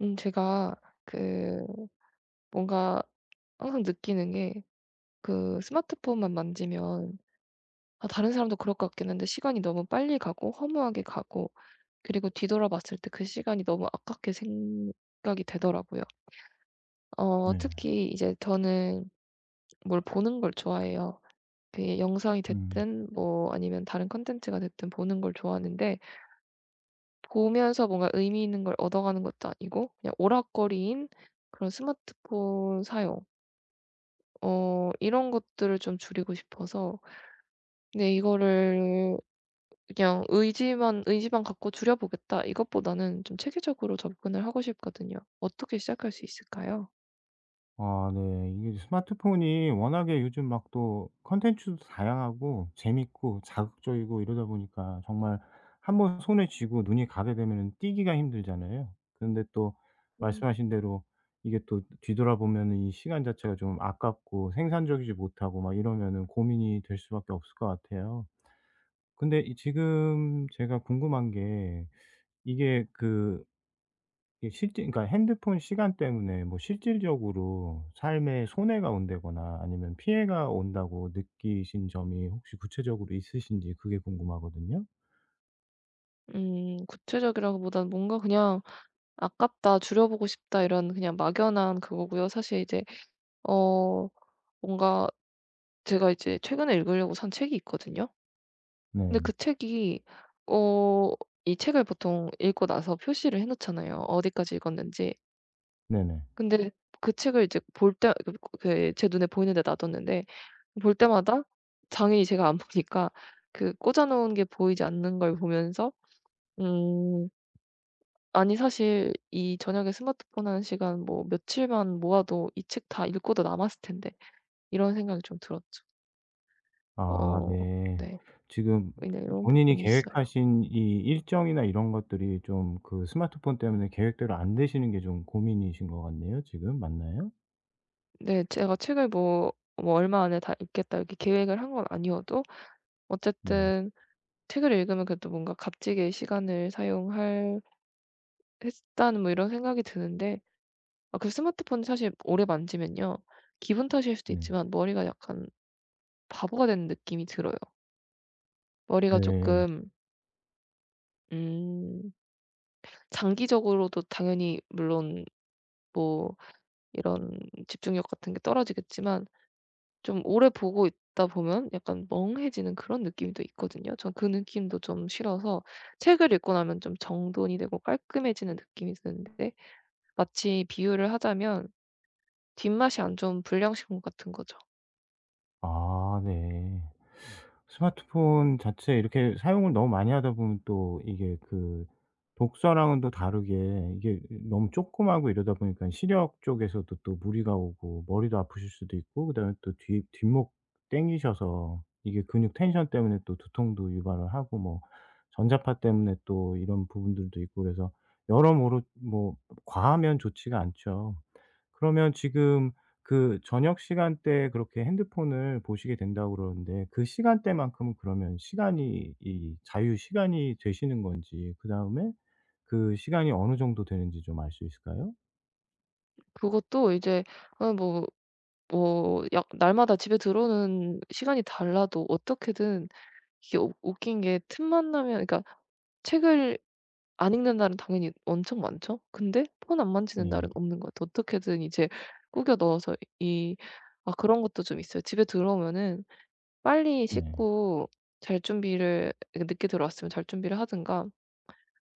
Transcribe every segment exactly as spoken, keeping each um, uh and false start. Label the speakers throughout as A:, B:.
A: 음 제가 그 뭔가 항상 느끼는 게 그 스마트폰만 만지면 아 다른 사람도 그럴 것 같긴 한데 시간이 너무 빨리 가고 허무하게 가고, 그리고 뒤돌아봤을 때 그 시간이 너무 아깝게 생각이 되더라고요. 어
B: 네.
A: 특히 이제 저는 뭘 보는 걸 좋아해요. 그게 영상이
B: 음.
A: 됐든 뭐 아니면 다른 컨텐츠가 됐든 보는 걸 좋아하는데, 보면서 뭔가 의미 있는 걸 얻어가는 것도 아니고 그냥 오락거리인 그런 스마트폰 사용, 어 이런 것들을 좀 줄이고 싶어서. 근데 이거를 그냥 '의지만 의지만 갖고 줄여 보겠다.' 이것보다는 좀 체계적으로 접근을 하고 싶거든요. 어떻게 시작할 수 있을까요?
B: 아, 네. 이게 스마트폰이 워낙에 요즘 막 또 컨텐츠도 다양하고 재밌고 자극적이고 이러다 보니까, 정말 한 번 손에 쥐고 눈이 가게 되면은 떼기가 힘들잖아요. 그런데 또
A: 음.
B: 말씀하신 대로 이게 또 뒤돌아보면은 이 시간 자체가 좀 아깝고 생산적이지 못하고 막 이러면은 고민이 될 수밖에 없을 것 같아요. 근데 이 지금 제가 궁금한 게, 이게 그 이게 실제, 그러니까 핸드폰 시간 때문에 뭐 실질적으로 삶에 손해가 온다거나 아니면 피해가 온다고 느끼신 점이 혹시 구체적으로 있으신지, 그게 궁금하거든요.
A: 음 구체적이라기보다는 뭔가 그냥 '아깝다. 줄여 보고 싶다.' 이런 그냥 막연한 그거고요. 사실 이제 어 뭔가 제가 이제 최근에 읽으려고 산 책이 있거든요. 근데
B: 네.
A: 그 책이, 어 이 책을 보통 읽고 나서 표시를 해 놓잖아요, 어디까지 읽었는지.
B: 네네.
A: 근데 그 책을 이제 볼때그그 그 제 눈에 보이는 데 놔뒀는데, 볼 때마다 장연인이 제가 안 보니까 그 꽂아 놓은 게 보이지 않는 걸 보면서, 음, 아니 사실 이 저녁에 스마트폰 하는 시간 뭐 며칠만 모아도 이 책 다 읽고도 남았을 텐데 이런 생각이 좀 들었죠.
B: 아,
A: 어
B: 네.
A: 네.
B: 지금
A: 근데 이런
B: 본인이
A: 부분이 있어요.
B: 계획하신 이 일정이나 이런 것들이 좀 그 스마트폰 때문에 계획대로 안 되시는 게 좀 고민이신 것 같네요, 지금. 맞나요?
A: 네. 제가 책을 뭐, 뭐 '얼마 안에 다 읽겠다.' 이렇게 계획을 한 건 아니어도,
B: 네.
A: 어쨌든 책을 읽으면 그래도 뭔가 값지게 시간을 사용할 했다는 뭐 이런 생각이 드는데, 아 그 스마트폰 사실 오래 만지면요, 기분 탓일 수도
B: 네.
A: 있지만 머리가 약간 바보가 되는 느낌이 들어요. 머리가
B: 네.
A: 조금, 음 장기적으로도 당연히 물론 뭐 이런 집중력 같은 게 떨어지겠지만, 좀 오래 보고 있다 보면 약간 멍해지는 그런 느낌도 있거든요. 전 그 느낌도 좀 싫어서. 책을 읽고 나면 좀 정돈이 되고 깔끔해지는 느낌이 드는데, 마치 비유를 하자면 뒷맛이 안 좋은 불량식품 같은 거죠.
B: 아, 네. 스마트폰 자체 이렇게 사용을 너무 많이 하다 보면 또 이게 그 독서랑은 또 다르게, 이게 너무 쪼끄마하고 이러다 보니까 시력 쪽에서도 또 무리가 오고 머리도 아프실 수도 있고, 그다음에 또 뒤 뒷목 땡기셔서 이게 근육 텐션 때문에 또 두통도 유발을 하고, 뭐 전자파 때문에 또 이런 부분들도 있고. 그래서 여러모로 뭐 과하면 좋지가 않죠. 그러면 지금 그 저녁 시간대에 그렇게 핸드폰을 보시게 된다고 그러는데, 그 시간대만큼은 그러면 시간이 이 자유 시간이 되시는 건지, 그다음에 그 시간이 어느 정도 되는지 좀 알 수 있을까요?
A: 그것도 이제, 아 뭐 뭐 약 날마다 집에 들어오는 시간이 달라도 어떻게든, 이게 웃 웃긴 게 틈만 나면. 그러니까 책을 안 읽는 날은 당연히 엄청 많죠. 근데 폰 안 만지는 날은
B: 네.
A: 없는 것 같아요. 어떻게든 이제 꾸겨 넣어서 이, 아 그런 것도 좀 있어요. 집에 들어오면은 빨리
B: 네.
A: 씻고 잘 준비를, 그러니까 늦게 들어왔으면 잘 준비를 하든가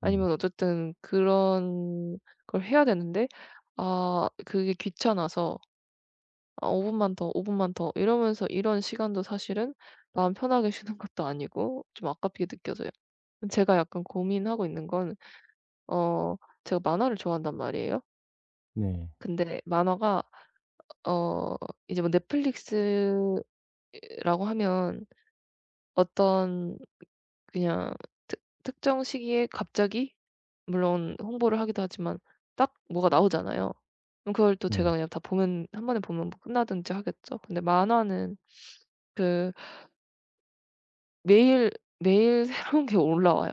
B: 네.
A: 아니면 어쨌든 그런 걸 해야 되는데, 아 그게 귀찮아서 아 오 분만 더, 오 분만 더 이러면서, 이런 시간도 사실은 마음 편하게 쉬는 것도 아니고 좀 아깝게 느껴져요. 제가 약간 고민하고 있는 건 어 제가 만화를 좋아한단 말이에요.
B: 네.
A: 근데 만화가, 어 이제 뭐 넷플릭스라고 하면 어떤 그냥 특 특정 시기에 갑자기, 물론 홍보를 하기도 하지만 딱 뭐가 나오잖아요. 그럼 그걸 또 제가
B: 네.
A: 그냥 다 보면, 한 번에 보면 뭐 끝나든지 하겠죠. 근데 만화는 그 매일 매일 새로운 게 올라와요.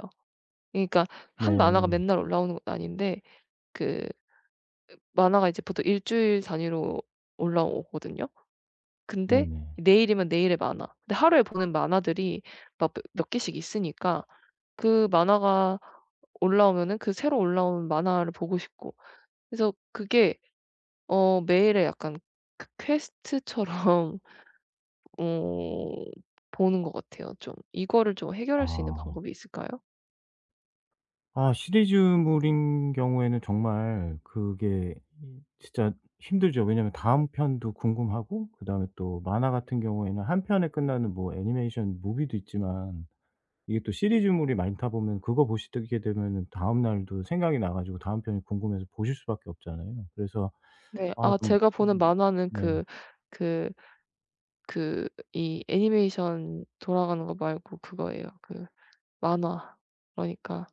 A: 그러니까 한 만화가
B: 네.
A: 맨날 올라오는 건 아닌데 그 만화가 이제 보통 일 주일 단위로 올라오거든요. 근데
B: 네네.
A: 내일이면 내일의 만화. 근데 하루에 보는 만화들이 막 몇 몇 개씩 있으니까 그 만화가 올라오면은 그 새로 올라온 만화를 보고 싶고. 그래서 그게 어 매일의 약간 그 퀘스트처럼 어 보는 것 같아요 좀. 이거를 좀 해결할 수 있는
B: 아.
A: 방법이 있을까요?
B: 아, 시리즈물인 경우에는 정말 그게 진짜 힘들죠. 왜냐면 다음 편도 궁금하고, 그다음에 또 만화 같은 경우에는 한 편에 끝나는 뭐 애니메이션 무비도 있지만, 이게 또 시리즈물이 많다 보면 그거 보시게 되면은 다음 날도 생각이 나 가지고 다음 편이 궁금해서 보실 수밖에 없잖아요. 그래서
A: 네.
B: 아
A: 아
B: 좀,
A: 제가 보는
B: 음,
A: 만화는
B: 네.
A: 그 그 그 이 애니메이션 돌아가는 거 말고 그거예요. 그 만화. 그러니까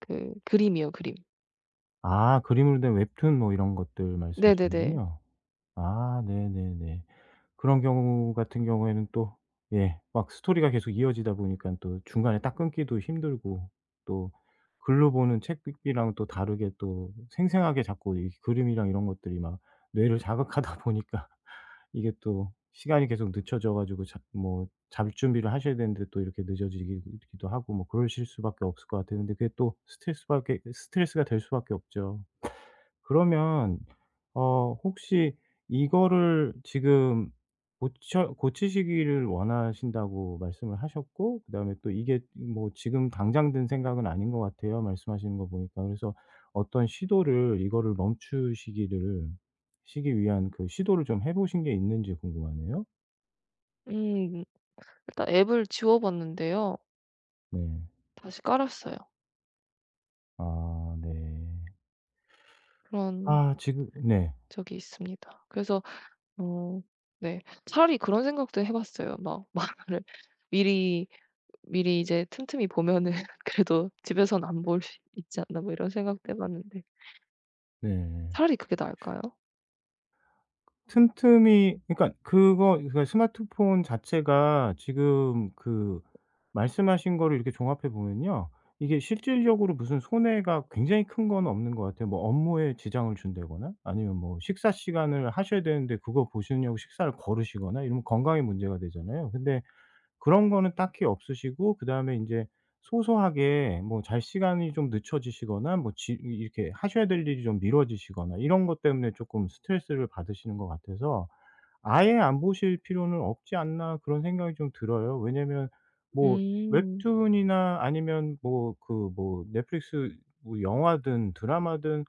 A: 그 그림이요, 그림.
B: 아, 그림으로 된 웹툰 뭐 이런 것들
A: 네네네.
B: 말씀이시군요. 아, 네네네. 그런 경우 같은 경우에는 또, 예, 막 스토리가 계속 이어지다 보니깐 또 중간에 딱 끊기도 힘들고, 또 글로 보는 책 읽기랑 또 다르게 또 생생하게 자꾸 이 그림이랑 이런 것들이 막 뇌를 자극하다 보니까 이게 또 시간이 계속 늦춰져 가지고 잡 뭐 잡 준비를 하셔야 되는데, 또 이렇게 늦어지기 기도 하고 뭐 그러실 수밖에 없을 것 같아요. 근데 그게 또 스트레스 밖에 스트레스가 될 수밖에 없죠. 그러면 어, 혹시 이거를 지금 고쳐 고치시기를 원하신다고 말씀을 하셨고, 그다음에 또 이게 뭐 지금 당장 든 생각은 아닌 것 같아요, 말씀하시는 거 보니까. 그래서 어떤 시도를, 이거를 멈추시기를 시기 위한 그 시도를 좀 해 보신 게 있는지 궁금하네요.
A: 음. 일단 앱을 지워 봤는데요.
B: 네.
A: 다시 깔았어요.
B: 아, 네.
A: 그런
B: 아 지금, 네.
A: 적이 있습니다. 그래서 어 네. 차라리 그런 생각도 해 봤어요. 막 만화를 미리 미리 이제 틈틈이 보면은 그래도 집에서는 안 볼 수 있지 않나, 뭐 이런 생각도 해 봤는데
B: 네.
A: 차라리 그게 나을까요?
B: 틈틈이, 그러니까 그거, 그러니까 스마트폰 자체가 지금 그 말씀하신 거를 이렇게 종합해 보면요, 이게 실질적으로 무슨 손해가 굉장히 큰 건 없는 것 같아요. 뭐 업무에 지장을 준다거나 아니면 뭐 식사 시간을 하셔야 되는데 그거 보시려고 식사를 거르시거나 이러면 건강에 문제가 되잖아요. 근데 그런 거는 딱히 없으시고, 그다음에 인제 소소하게 뭐 잘 시간이 좀 늦춰지시거나 뭐 지 이렇게 하셔야 될 일이 좀 미뤄지시거나 이런 것 때문에 쪼끔 스트레스를 받으시는 것 같아서, '아예 안 보실 필요는 없지 않나.' 그런 생각이 좀 들어요. 왜냐면 뭐
A: 음.
B: 웹툰이나 아니면 뭐 그 뭐 넷플릭스, 뭐 영화든 드라마든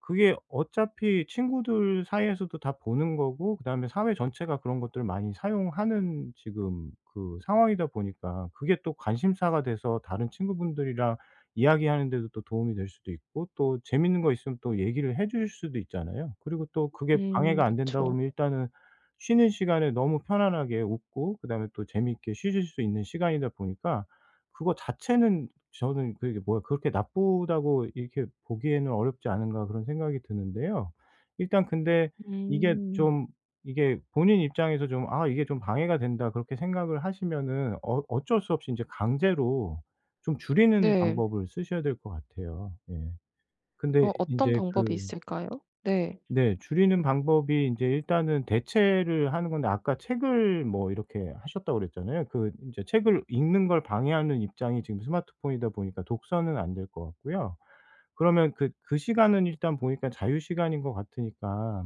B: 그게 어차피 친구들 사이에서도 다 보는 거고, 그다음에 사회 전체가 그런 것들을 많이 사용하는 지금 그 상황이다 보니까 그게 또 관심사가 돼서 다른 친구분들이랑 이야기하는 데도 또 도움이 될 수도 있고, 또 재밌는 거 있으면 또 얘기를 해 주실 수도 있잖아요. 그리고 또 그게
A: 음
B: 방해가 안 된다고
A: 그쵸.
B: 그러면, 일단은 쉬는 시간에 너무 편안하게 웃고 그다음에 또 재미있게 쉬실 수 있는 시간이다 보니까 그거 자체는, 저는 그게 뭐야, '그렇게 나쁘다고 이렇게 보기에는 어렵지 않은가.' 그런 생각이 드는데요. 일단 근데, 이게
A: 음.
B: 좀 이게 본인 입장에서 좀 '아 이게 좀 방해가 된다.' 그렇게 생각을 하시면은, 어 어쩔 수 없이 이제 강제로 좀 줄이는
A: 네.
B: 방법을 쓰셔야 될 것 같아요. 예. 근데
A: 어
B: 이
A: 어떤
B: 제
A: 방법이
B: 그
A: 있을까요? 네.
B: 네. 줄이는 방법이 이제 일단은 대체를 하는 건데, 아까 책을 뭐 이렇게 하셨다고 그랬잖아요. 그 이제 책을 읽는 걸 방해하는 입장이 지금 스마트폰이다 보니까 독서는 안 될 것 같고요. 그러면 그 그 시간은 일단 보니까 자유 시간인 것 같으니까,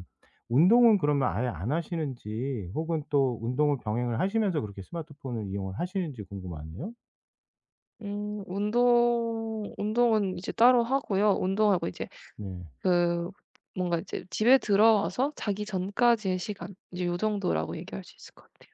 B: 운동은 그러면 아예 안 하시는지, 혹은 또 운동을 병행을 하시면서 그렇게 스마트폰을 이용을 하시는지 궁금하네요.
A: 음 운동 운동은 이제 따로 하고요. 운동하고 이제
B: 네.
A: 그 뭔가 이제 집에 들어와서 자기 전까지의 시간 이제 요 정도라고 얘기할 수 있을 것 같아요.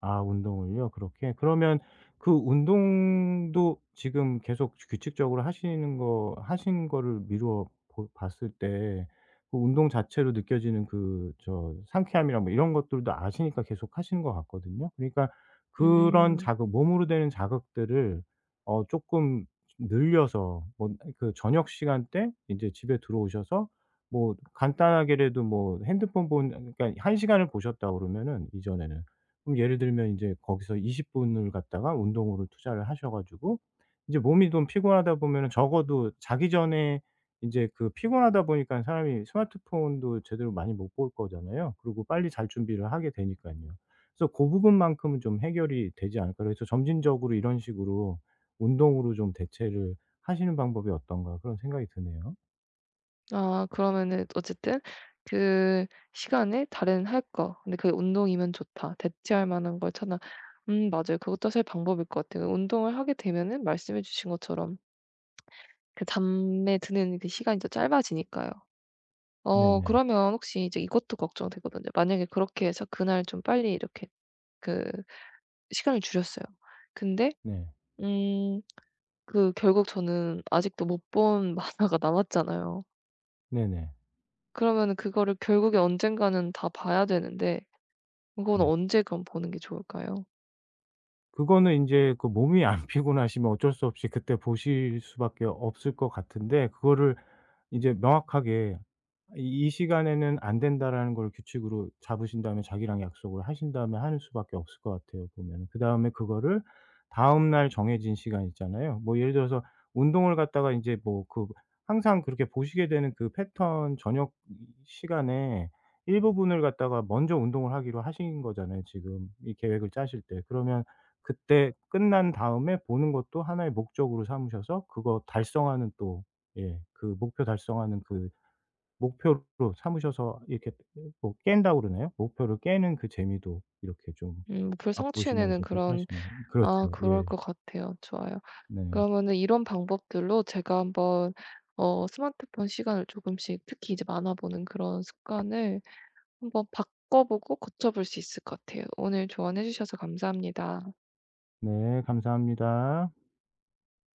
B: 아, 운동을요? 그렇게? 그러면 그 운동도 지금 계속 규칙적으로 하시는 거, 하신 거를 미루어 보 봤을 때, 그 운동 자체로 느껴지는 그 저 상쾌함이나 뭐 이런 것들도 아시니까 계속 하시는 것 같거든요. 그러니까 그런
A: 음.
B: 자극, 몸으로 되는 자극들을 어금 늘려서, 뭐 그 저녁 시간 때 이제 집에 들어오셔서 뭐 간단하게라도, 뭐 핸드폰 본, 그러니까 한 시간 시간을 보셨다 그러면은, 이전에는, 그럼 예를 들면 이제 거기서 이십 분 분을 갖다가 운동으로 투자를 하셔 가지고 이제 몸이 좀 피곤하다 보면은, 적어도 자기 전에 이제 그 피곤하다 보니까 사람이 스마트폰도 제대로 많이 못 볼 거잖아요. 그리고 빨리 잘 준비를 하게 되니까요. 그래서 그 부분만큼은 좀 해결이 되지 않을까. 그래서 점진적으로 이런 식으로 운동으로 좀 대체를 하시는 방법이 어떤가 그런 생각이 드네요.
A: 아 그러면은 어쨌든 그 시간에 다른 할 거, 근데 그게 '운동이면 좋다. 대체할 만한 걸 찾아.' 음 맞아요. 그것도 사실 방법일 것 같아요. 운동을 하게 되면은 말씀해 주신 것처럼 그 잠에 드는 그 시간이 더 짧아지니까요. 어
B: 네네.
A: 그러면 혹시 이제 이것도 걱정되거든요. 만약에 그렇게 해서 그날 좀 빨리 이렇게 그 시간을 줄였어요. 근데
B: 네.
A: 음 그 결국 저는 아직도 못 본 만화가 남았잖아요.
B: 네네.
A: 그러면은 그거를 결국에 언젠가는 다 봐야 되는데 그건
B: 네.
A: 언제 그럼 보는 게 좋을까요?
B: 그거는 인제 그 몸이 안 피곤하시면 어쩔 수 없이 그때 보실 수밖에 없을 것 같은데, 그거를 이제 명확하게 이 이 시간에는 안 된다라는 걸 규칙으로 잡으신 다음에, 자기랑 약속을 하신 다음에 하는 수밖에 없을 것 같아요 보면. 그 다음에 그거를 다음 날 정해진 시간 있잖아요. 뭐 예를 들어서 운동을 갔다가 이제 뭐 그 항상 그렇게 보시게 되는 그 패턴, 저녁 시간에 일부분을 갖다가 먼저 운동을 하기로 하신 거잖아요 지금 이 계획을 짜실 때. 그러면 그때 끝난 다음에 보는 것도 하나의 목적으로 삼으셔서 그거 달성하는 또, 예, 그 목표 달성하는 그 목표로 삼으셔서 이렇게, 뭐 깬다고 그러나요? 목표를 깨는 그 재미도 이렇게 좀
A: 음 목표를 성취해 내는
B: 맛보시면서 그렇게
A: 그런,
B: 하시면
A: 아
B: 그렇죠.
A: 그럴
B: 예.
A: 것 같아요. 좋아요.
B: 네.
A: 그러면은 이런 방법들로 제가 한번 어 스마트폰 시간을 조금씩, 특히 이제 만화 보는 그런 습관을 한번 바꿔보고 고쳐볼 수 있을 것 같아요. 오늘 조언해 주셔서 감사합니다.
B: 네. 감사합니다.